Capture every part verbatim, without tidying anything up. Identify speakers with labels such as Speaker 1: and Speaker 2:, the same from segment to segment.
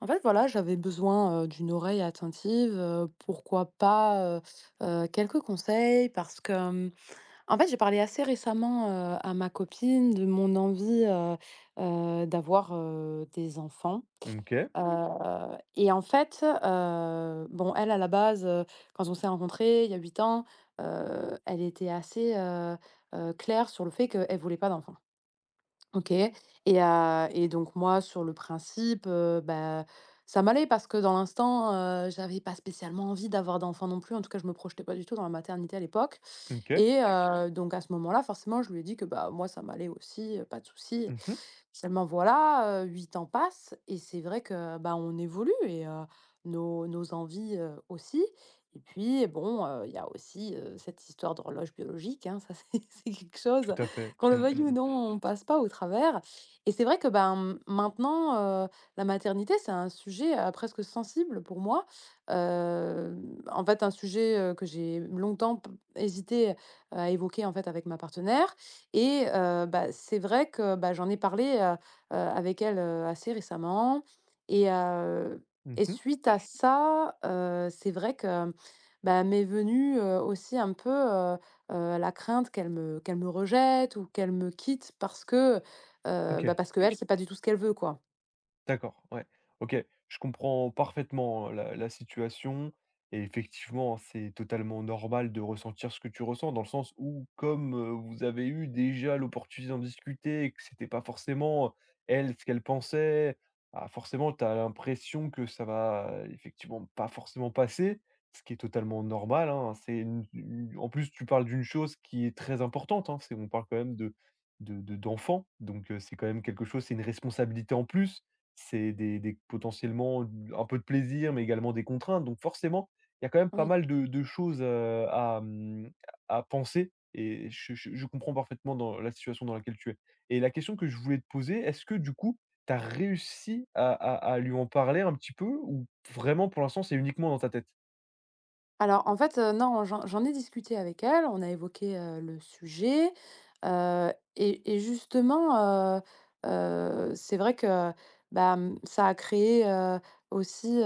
Speaker 1: En fait, voilà, j'avais besoin, heu, d'une oreille attentive, heu, pourquoi pas, heu heu, quelques conseils parce que, hem, en fait, j'ai parlé assez récemment, heu, à ma copine de mon envie, heu heu, d'avoir, heu, des enfants,
Speaker 2: OK,
Speaker 1: heu et en fait, heu, bon, elle, à la base, heu, quand on s'est rencontrés il y a huit ans, heu, elle était assez, heu heu, claire sur le fait qu'elle voulait pas d'enfants. OK. Et heu et donc moi, sur le principe, heu, bah, ça m'allait parce que dans l'instant, heu, j'avais pas spécialement envie d'avoir d'enfant non plus. En tout cas, je me projetais pas du tout dans la maternité à l'époque
Speaker 2: OK.
Speaker 1: et d'accord. Donc à ce moment-là, forcément, je lui ai dit que, bah, moi, ça m'allait aussi, heu, pas de souci.
Speaker 2: Mmh mh.
Speaker 1: Seulement voilà, heu, huit ans passent et c'est vrai que, bah, on évolue et heu, nos nos envies, heu, aussi. Et puis bon, heu, il y a aussi, heu, cette histoire d'horloge biologique, hein, ça c'est c'est quelque chose.
Speaker 2: Tout à fait.
Speaker 1: Qu'on le
Speaker 2: Mmh,
Speaker 1: veuille
Speaker 2: mmh
Speaker 1: ou
Speaker 2: mh.
Speaker 1: non, on passe pas au travers et c'est vrai que, ben, maintenant, heu, la maternité, c'est un sujet, heu, presque sensible pour moi. Hem, en fait, un sujet, heu, que j'ai longtemps p hésité à évoquer, en fait, avec ma partenaire et heu, bah, c'est vrai que, bah, j'en ai parlé, heu heu, avec elle, heu, assez récemment et heu et
Speaker 2: Mmh.
Speaker 1: suite à ça, heu, c'est vrai que, bah, m'est venu, heu, aussi un peu, heu, la crainte qu'elle me qu'elle me rejette ou qu'elle me quitte parce que, heu,
Speaker 2: OK.
Speaker 1: bah, parce que elle c'est pas du tout ce qu'elle veut, quoi.
Speaker 2: D'accord, ouais. OK, je comprends parfaitement, la la situation et effectivement, c'est totalement normal de ressentir ce que tu ressens dans le sens où comme, heu, vous avez eu déjà l'opportunité d'en discuter et que c'était pas forcément elle, ce qu'elle pensait, bah, forcément tu as l'impression que ça va, heu, effectivement pas forcément passer, ce qui est totalement normal, hein. C'est une une en plus tu parles d'une chose qui est très importante, hein, c'est on parle quand même de de de d'enfants donc heu, c'est quand même quelque chose c'est une responsabilité en plus. C'est des des potentiellement un peu de plaisir, mais également des contraintes. Donc forcément, il y a quand même pas
Speaker 1: Oui.
Speaker 2: mal de de choses, heu, à, mmh, à penser et je je je comprends parfaitement dans la situation dans laquelle tu es. Et la question que je voulais te poser, est-ce que du coup, tu as réussi à à à lui en parler un petit peu ou vraiment pour l'instant c'est uniquement dans ta tête?
Speaker 1: Alors en fait, heu, non, j'en j'en ai discuté avec elle, on a évoqué, heu, le sujet, heu et et justement, heu heu, c'est vrai que, bah, mmh, ça a créé, heu, aussi,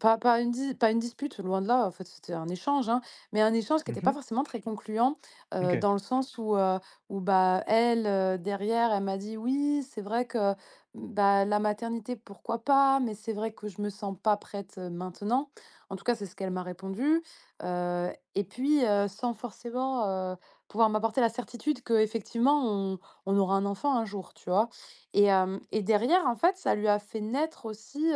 Speaker 1: Pas pas une dis pas une dispute, loin de là, en fait, c'était un échange, hein, mais un échange qui était pas
Speaker 2: Mmh.
Speaker 1: forcément très concluant, heu,
Speaker 2: OK,
Speaker 1: dans le sens où, heu, où bah, elle, heu, derrière, elle m'a dit: «Oui, c'est vrai que, bah, la maternité, pourquoi pas? Mais c'est vrai que je me sens pas prête, heu, maintenant». En tout cas, c'est ce qu'elle m'a répondu, heu, et puis, heu, sans forcément, heu, pouvoir m'apporter la certitude que effectivement on on aura un enfant un jour, tu vois? Et hem, et derrière, en fait, ça lui a fait naître aussi,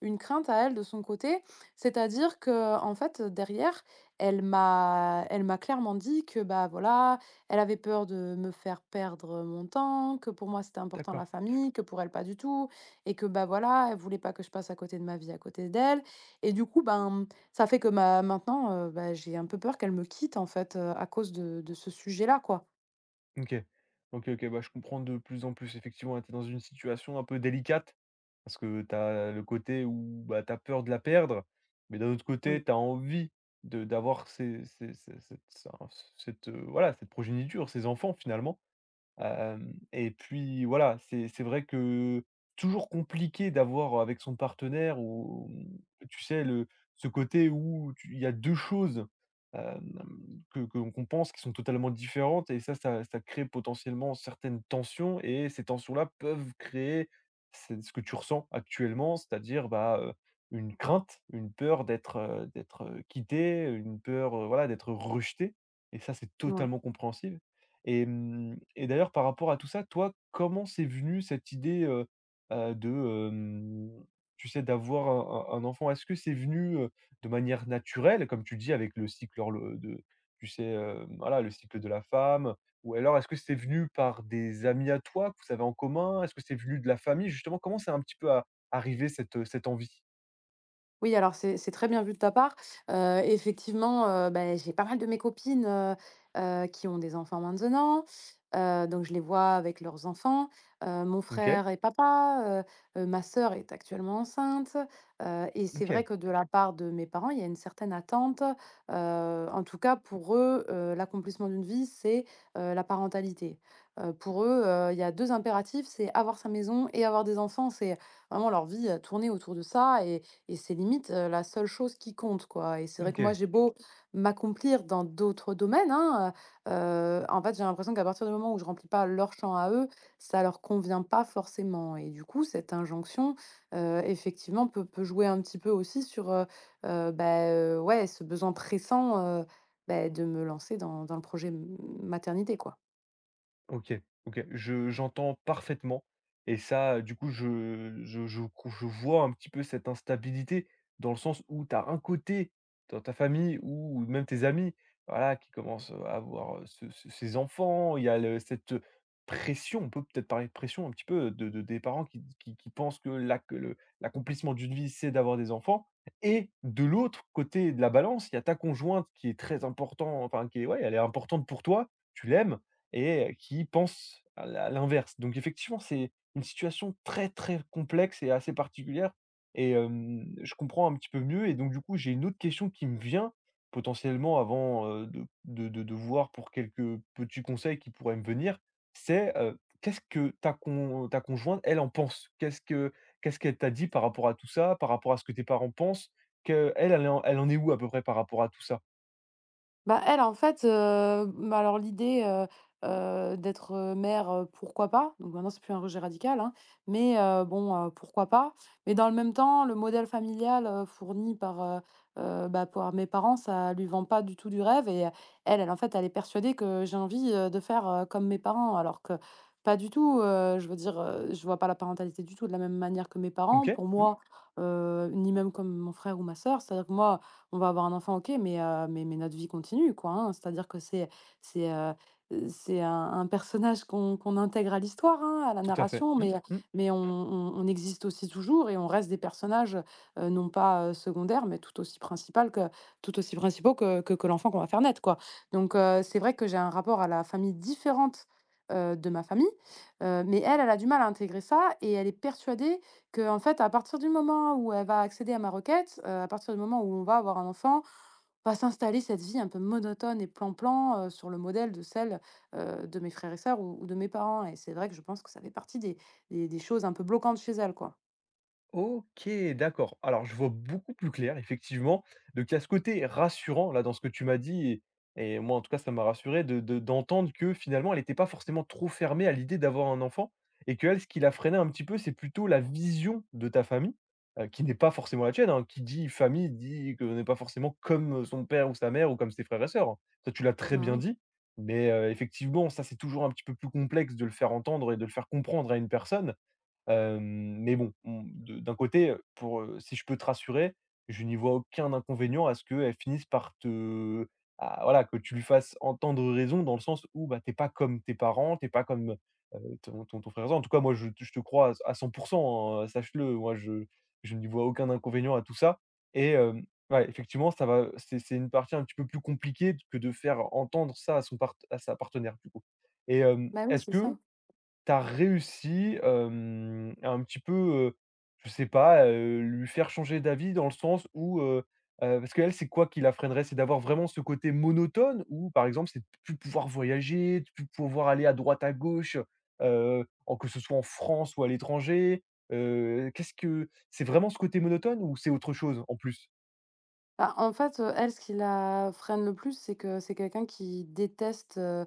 Speaker 1: une crainte à elle de son côté, c'est-à-dire que en fait, derrière, elle m'a elle m'a clairement dit que, bah, voilà, elle avait peur de me faire perdre mon temps, que pour moi c'était important
Speaker 2: d'accord.
Speaker 1: la famille, que pour elle pas du tout, et que, bah, voilà, elle voulait pas que je passe à côté de ma vie à côté d'elle et du coup, ben, ça fait que ma maintenant, heu, bah, j'ai un peu peur qu'elle me quitte en fait, heu, à cause de de ce sujet-là, quoi.
Speaker 2: OK. OK, OK, bah, je comprends de plus en plus. Effectivement, ouais, tu es dans une situation un peu délicate parce que tu as le côté où, bah, tu as peur de la perdre, mais d'un autre côté,
Speaker 1: Oui,
Speaker 2: tu as envie de d'avoir ces ces ces cette ça- cette, heu, voilà, cette progéniture, ces enfants finalement. Hem et puis voilà, c'est c'est vrai que toujours compliqué d'avoir avec son partenaire ou mmh, tu sais le ce côté où tu il y a deux choses, hem, que que qu'on pense qui sont totalement différentes et ça ça ça crée potentiellement certaines tensions et ces tensions-là peuvent créer c'est ce que tu ressens actuellement, c'est-à-dire, bah, heu, une crainte, une peur d'être, heu, d'être, heu, quitté, une peur, heu, voilà d'être rejeté et ça, c'est
Speaker 1: ouais.
Speaker 2: totalement compréhensible. Et mmh et d'ailleurs, par rapport à tout ça, toi, comment c'est venu cette idée, heu heu, de, hem, tu sais, d'avoir un un un enfant? Est-ce que c'est venu, heu, de manière naturelle, comme tu dis, avec le cycle horlo de tu sais, heu, voilà, le cycle de la femme? Ou alors est-ce que c'est venu par des amis à toi que vous avez en commun? Est-ce que c'est venu de la famille? Justement, comment c'est un petit peu a arrivé cette, cette envie?
Speaker 1: Oui, alors c'est c'est très bien vu de ta part. Heu, effectivement, heu, bah, j'ai pas mal de mes copines, heu heu, qui ont des enfants maintenant, heu, donc je les vois avec leurs enfants. Heu, mon
Speaker 2: OK,
Speaker 1: frère et papa, heu heu, ma sœur est actuellement enceinte, heu et c'est vrai
Speaker 2: OK,
Speaker 1: que de la part de mes parents, il y a une certaine attente, heu, en tout cas pour eux, heu, l'accomplissement d'une vie, c'est, heu, la parentalité. Heu, pour eux, heu, il y a deux impératifs, c'est avoir sa maison et avoir des enfants. C'est vraiment leur vie, heu, tournée autour de ça et et c'est limite, heu, la seule chose qui compte, quoi, et c'est vrai que moi,
Speaker 2: OK.
Speaker 1: j'ai beau m'accomplir dans d'autres domaines, hein, heu en fait, j'ai l'impression qu'à partir du moment où je remplis pas leur champ à eux, ça leur convient pas forcément et du coup, cette injonction, heu, effectivement, peut peut jouer un petit peu aussi sur, heu heu, bah, heu, ouais, ce besoin pressant, heu, bah, de me lancer dans dans le projet m maternité, quoi.
Speaker 2: OK, OK. Je j'entends parfaitement et ça, du coup, je je je co je vois un petit peu cette instabilité dans le sens où tu as un côté dans ta famille ou même tes amis, voilà, qui commencent, à avoir, heu, ce ce ces enfants. Il y a le cette, pression, on peut peut-être parler de pression un petit peu, de de des parents qui qui qui pensent que l'ac le l'accomplissement d'une vie, c'est d'avoir des enfants et de l'autre côté de la balance, il y a ta conjointe qui est très important, enfin qui est ouais, elle est importante pour toi, tu l'aimes et qui pensent à l'in l'inverse. Donc effectivement, c'est une situation très, très complexe et assez particulière et hem, je comprends un petit peu mieux et donc du coup, j'ai une autre question qui me vient potentiellement avant, heu, de de de de voir pour quelques petits conseils qui pourraient me venir. C'est, heu, qu'est-ce que ta con ta conjointe, elle en pense? Qu'est-ce que qu'est-ce qu'elle t'a dit par rapport à tout ça, par rapport à ce que tes parents pensent? Qu'elle, elle elle en elle en est où à peu près par rapport à tout ça?
Speaker 1: Bah, elle, en fait, heu, bah, alors l'idée, heu heu, d'être, heu, mère, heu, pourquoi pas? Donc maintenant, c'est plus un rejet radical, hein, mais heu, bon, heu, pourquoi pas? Mais dans le même temps, le modèle familial, heu, fourni par, heu heu, bah, par mes parents, ça lui vend pas du tout du rêve et euh, elle elle, en fait, elle est persuadée que j'ai envie, heu, de faire, heu, comme mes parents alors que pas du tout, heu, je veux dire, heu, je vois pas la parentalité du tout de la même manière que mes parents.
Speaker 2: OK,
Speaker 1: Pour
Speaker 2: mmh,
Speaker 1: moi, heu, ni même comme mon frère ou ma sœur, c'est-à-dire que moi, on va avoir un enfant, OK, mais, heu, mais mais notre vie continue, quoi, hein. C'est-à-dire que c'est c'est, heu heu, c'est un un personnage qu'on qu'on intègre à l'histoire, hein, à la
Speaker 2: tout à fait.
Speaker 1: narration,
Speaker 2: Mmh
Speaker 1: mais
Speaker 2: mh.
Speaker 1: mais on Mmh. on on existe aussi toujours et on reste des personnages, heu, non pas, heu, secondaires, mais tout aussi principal que tout aussi principaux que que que l'enfant qu'on va faire naître, quoi. Donc heu, c'est vrai que j'ai un rapport à la famille différente, heu, de ma famille, heu, mais elle, elle a du mal à intégrer ça et elle est persuadée que en fait, à partir du moment où elle va accéder à ma requête, heu, à partir du moment où on va avoir un enfant, va s'installer cette vie un peu monotone et plan-plan, heu, sur le modèle de celle, heu, de mes frères et sœurs ou ou de mes parents et c'est vrai que je pense que ça fait partie des des des choses un peu bloquantes chez elle, quoi.
Speaker 2: OK, d'accord. Alors je vois beaucoup plus clair effectivement. Donc il y a ce côté rassurant là dans ce que tu m'as dit et et moi en tout cas ça m'a rassuré de de d'entendre que finalement elle n'était pas forcément trop fermée à l'idée d'avoir un enfant et que elle ce qui la freinait un petit peu c'est plutôt la vision de ta famille, heu, qui n'est pas forcément la tienne, hein. Qui dit famille dit qu'on n'est pas forcément comme son père ou sa mère ou comme ses frères et sœurs, hein. Toi tu l'as très
Speaker 1: Bah,
Speaker 2: bien
Speaker 1: oui.
Speaker 2: dit, mais heu, effectivement ça c'est toujours un petit peu plus complexe de le faire entendre et de le faire comprendre à une personne. Hem, mais bon, on de d'un côté, pour, heu, si je peux te rassurer, je n'y vois aucun inconvénient à ce qu'elle finisse par te à voilà, que tu lui fasses entendre raison dans le sens où, bah, t'es pas comme tes parents, t'es pas comme, heu, ton ton ton frère et sœur. En tout cas, moi, je te je te crois à c à cent hein, sache-le. Moi, je je n'y vois aucun inconvénient à tout ça et hem, ouais, effectivement, ça va, c'est c'est une partie un petit peu plus compliquée que de faire entendre ça à son part à sa partenaire, du coup et hem,
Speaker 1: Bah, oui,
Speaker 2: est-ce
Speaker 1: c'est ça.
Speaker 2: que tu as réussi, hem, à un petit peu, heu, je sais pas, heu, lui faire changer d'avis dans le sens où, heu heu, parce qu'elle, c'est quoi qui la freinerait? C'est d'avoir vraiment ce côté monotone ou par exemple, c'est de plus pouvoir voyager, de plus pouvoir aller à droite, à gauche, heu, en que ce soit en France ou à l'étranger? Heu, qu'est-ce que c'est vraiment ce côté monotone ou c'est autre chose en plus?
Speaker 1: Bah, en fait, heu, elle, ce qui la freine le plus, c'est que c'est quelqu'un qui déteste, heu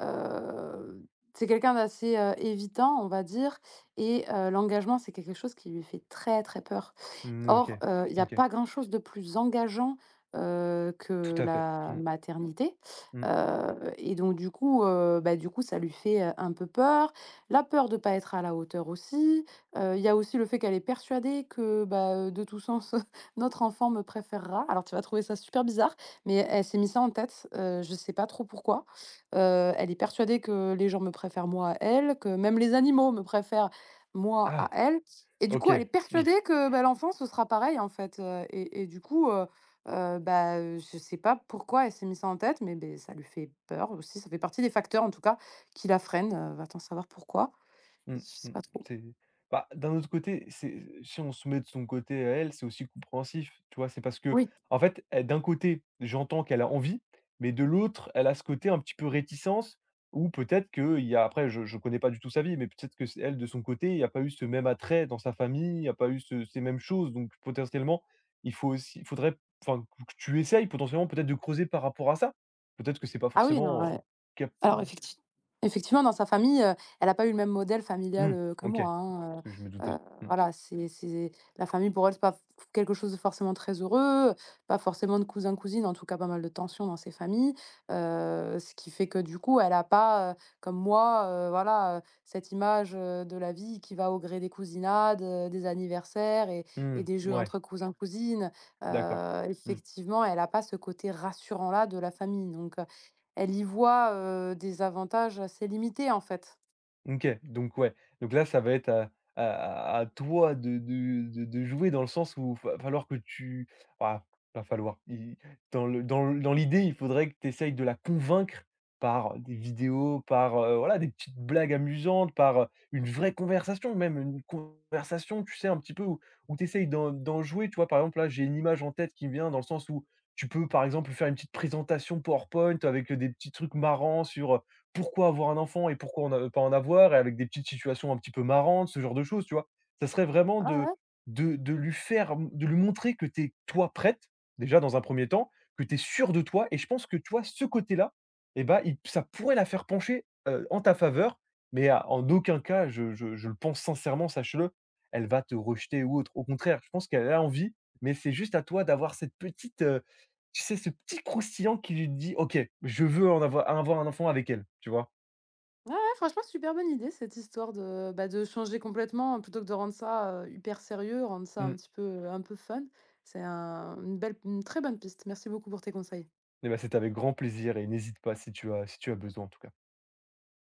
Speaker 1: heu, c'est quelqu'un d'assez, heu, évitant, on va dire, et heu, l'engagement, c'est quelque chose qui lui fait très, très peur.
Speaker 2: Mmh,
Speaker 1: Or,
Speaker 2: OK,
Speaker 1: heu, il n'y a
Speaker 2: OK,
Speaker 1: pas grand-chose de plus engageant, heu,
Speaker 2: tout
Speaker 1: que
Speaker 2: à fait.
Speaker 1: la
Speaker 2: Mmh,
Speaker 1: maternité,
Speaker 2: mmh.
Speaker 1: heu et donc du coup, heu, bah, du coup, ça lui fait, heu, un peu peur. La peur de ne pas être à la hauteur aussi, heu, il y a aussi le fait qu'elle est persuadée que, bah, heu, de tout sens, notre enfant me préférera. Alors tu vas trouver ça super bizarre, mais elle s'est mis ça en tête, heu, je ne sais pas trop pourquoi. Heu, elle est persuadée que les gens me préfèrent moi à elle, que même les animaux me préfèrent moi à
Speaker 2: Ah!
Speaker 1: elle. Et du coup, elle est
Speaker 2: OK. Mmh.
Speaker 1: persuadée que, bah, l'enfant, ce sera pareil, en fait, heu et et du coup, heu heu, bah, heu, je sais pas pourquoi elle s'est mis ça en tête, mais beh, ça lui fait peur aussi. Ça fait partie des facteurs, en tout cas, qui la freinent, heu, va-t-en savoir pourquoi.
Speaker 2: Mmh,
Speaker 1: Je sais
Speaker 2: mmh.
Speaker 1: pas trop.
Speaker 2: C'est bah, d'un autre côté, c'est si on se met de son côté à elle, c'est aussi compréhensif, tu vois? C'est parce que,
Speaker 1: Oui.
Speaker 2: en fait, elle d'un côté, j'entends qu'elle a envie, mais de l'autre, elle a ce côté un petit peu réticence ou peut-être que il y a après je je connais pas du tout sa vie, mais peut-être que c'est elle de son côté, il y a pas eu ce même attrait dans sa famille, il y a pas eu ce ces mêmes choses donc potentiellement, il faut aussi il faudrait enfin que tu essayes potentiellement peut-être de creuser par rapport à ça. Peut-être que c'est pas
Speaker 1: Ah oui, non,
Speaker 2: forcément, heu,
Speaker 1: ouais.
Speaker 2: cap
Speaker 1: Alors effecti effectivement, dans sa famille, heu, elle n'a pas eu le même modèle
Speaker 2: mmh,
Speaker 1: familial, heu, que
Speaker 2: OK,
Speaker 1: moi, hein,
Speaker 2: parce
Speaker 1: heu
Speaker 2: que je me doutais.
Speaker 1: heu,
Speaker 2: Mmh,
Speaker 1: voilà, c'est c'est la famille pour elle, c'est pas f quelque chose de forcément très heureux, pas forcément de cousins-cousines, en tout cas pas mal de tensions dans ces familles, heu, ce qui fait que du coup, elle n'a pas, heu, comme moi, heu, voilà, heu, cette image, heu, de la vie qui va au gré des cousinades, heu, des anniversaires et et
Speaker 2: mmh,
Speaker 1: des jeux
Speaker 2: mouais.
Speaker 1: entre cousins-cousines,
Speaker 2: D'accord.
Speaker 1: heu,
Speaker 2: Mmh.
Speaker 1: effectivement, elle n'a pas ce côté rassurant là de la famille donc elle y voit, heu, des avantages assez limités, en fait.
Speaker 2: OK, donc ouais, donc là, ça va être à à à toi de de de de jouer dans le sens où il va falloir que tu ah, va falloir, i dans le dans le- dans l'idée, il faudrait que tu essayes de la convaincre par des vidéos, par, heu, voilà, des petites blagues amusantes, par, heu, une vraie conversation, même une conversation, tu sais, un petit peu où où tu essayes d'en d'en jouer, tu vois? Par exemple, là, j'ai une image en tête qui me vient dans le sens où tu peux, par exemple, faire une petite présentation PowerPoint avec, euh, des petits trucs marrants sur, pourquoi avoir un enfant et pourquoi on a pas en avoir? Et avec des petites situations un petit peu marrantes, ce genre de choses, tu vois? Ça serait vraiment
Speaker 1: Ouais,
Speaker 2: de
Speaker 1: ouais.
Speaker 2: de de lui faire de lui montrer que tu es toi prête, déjà dans un premier temps, que tu es sûre de toi et je pense que, tu vois, ce côté-là et bah, il ça pourrait la faire pencher, heu, en ta faveur, mais à en aucun cas, je je je le pense sincèrement, sache-le, elle va te rejeter ou autre. Au contraire, je pense qu'elle a envie, mais c'est juste à toi d'avoir cette petite, heu tu sais, ce petit croustillant qui lui dit: «OK, je veux en avoir avoir un enfant avec elle», tu vois?
Speaker 1: Ouais, ouais, franchement, super bonne idée cette histoire de, bah, de changer complètement euh, plutôt que de rendre ça, heu, hyper sérieux, rendre ça un
Speaker 2: Mmh.
Speaker 1: petit peu, un peu fun. C'est un une belle une très bonne piste. Merci beaucoup pour tes conseils.
Speaker 2: Et bah, c'était avec grand plaisir et n'hésite pas si tu as si tu as besoin en tout cas.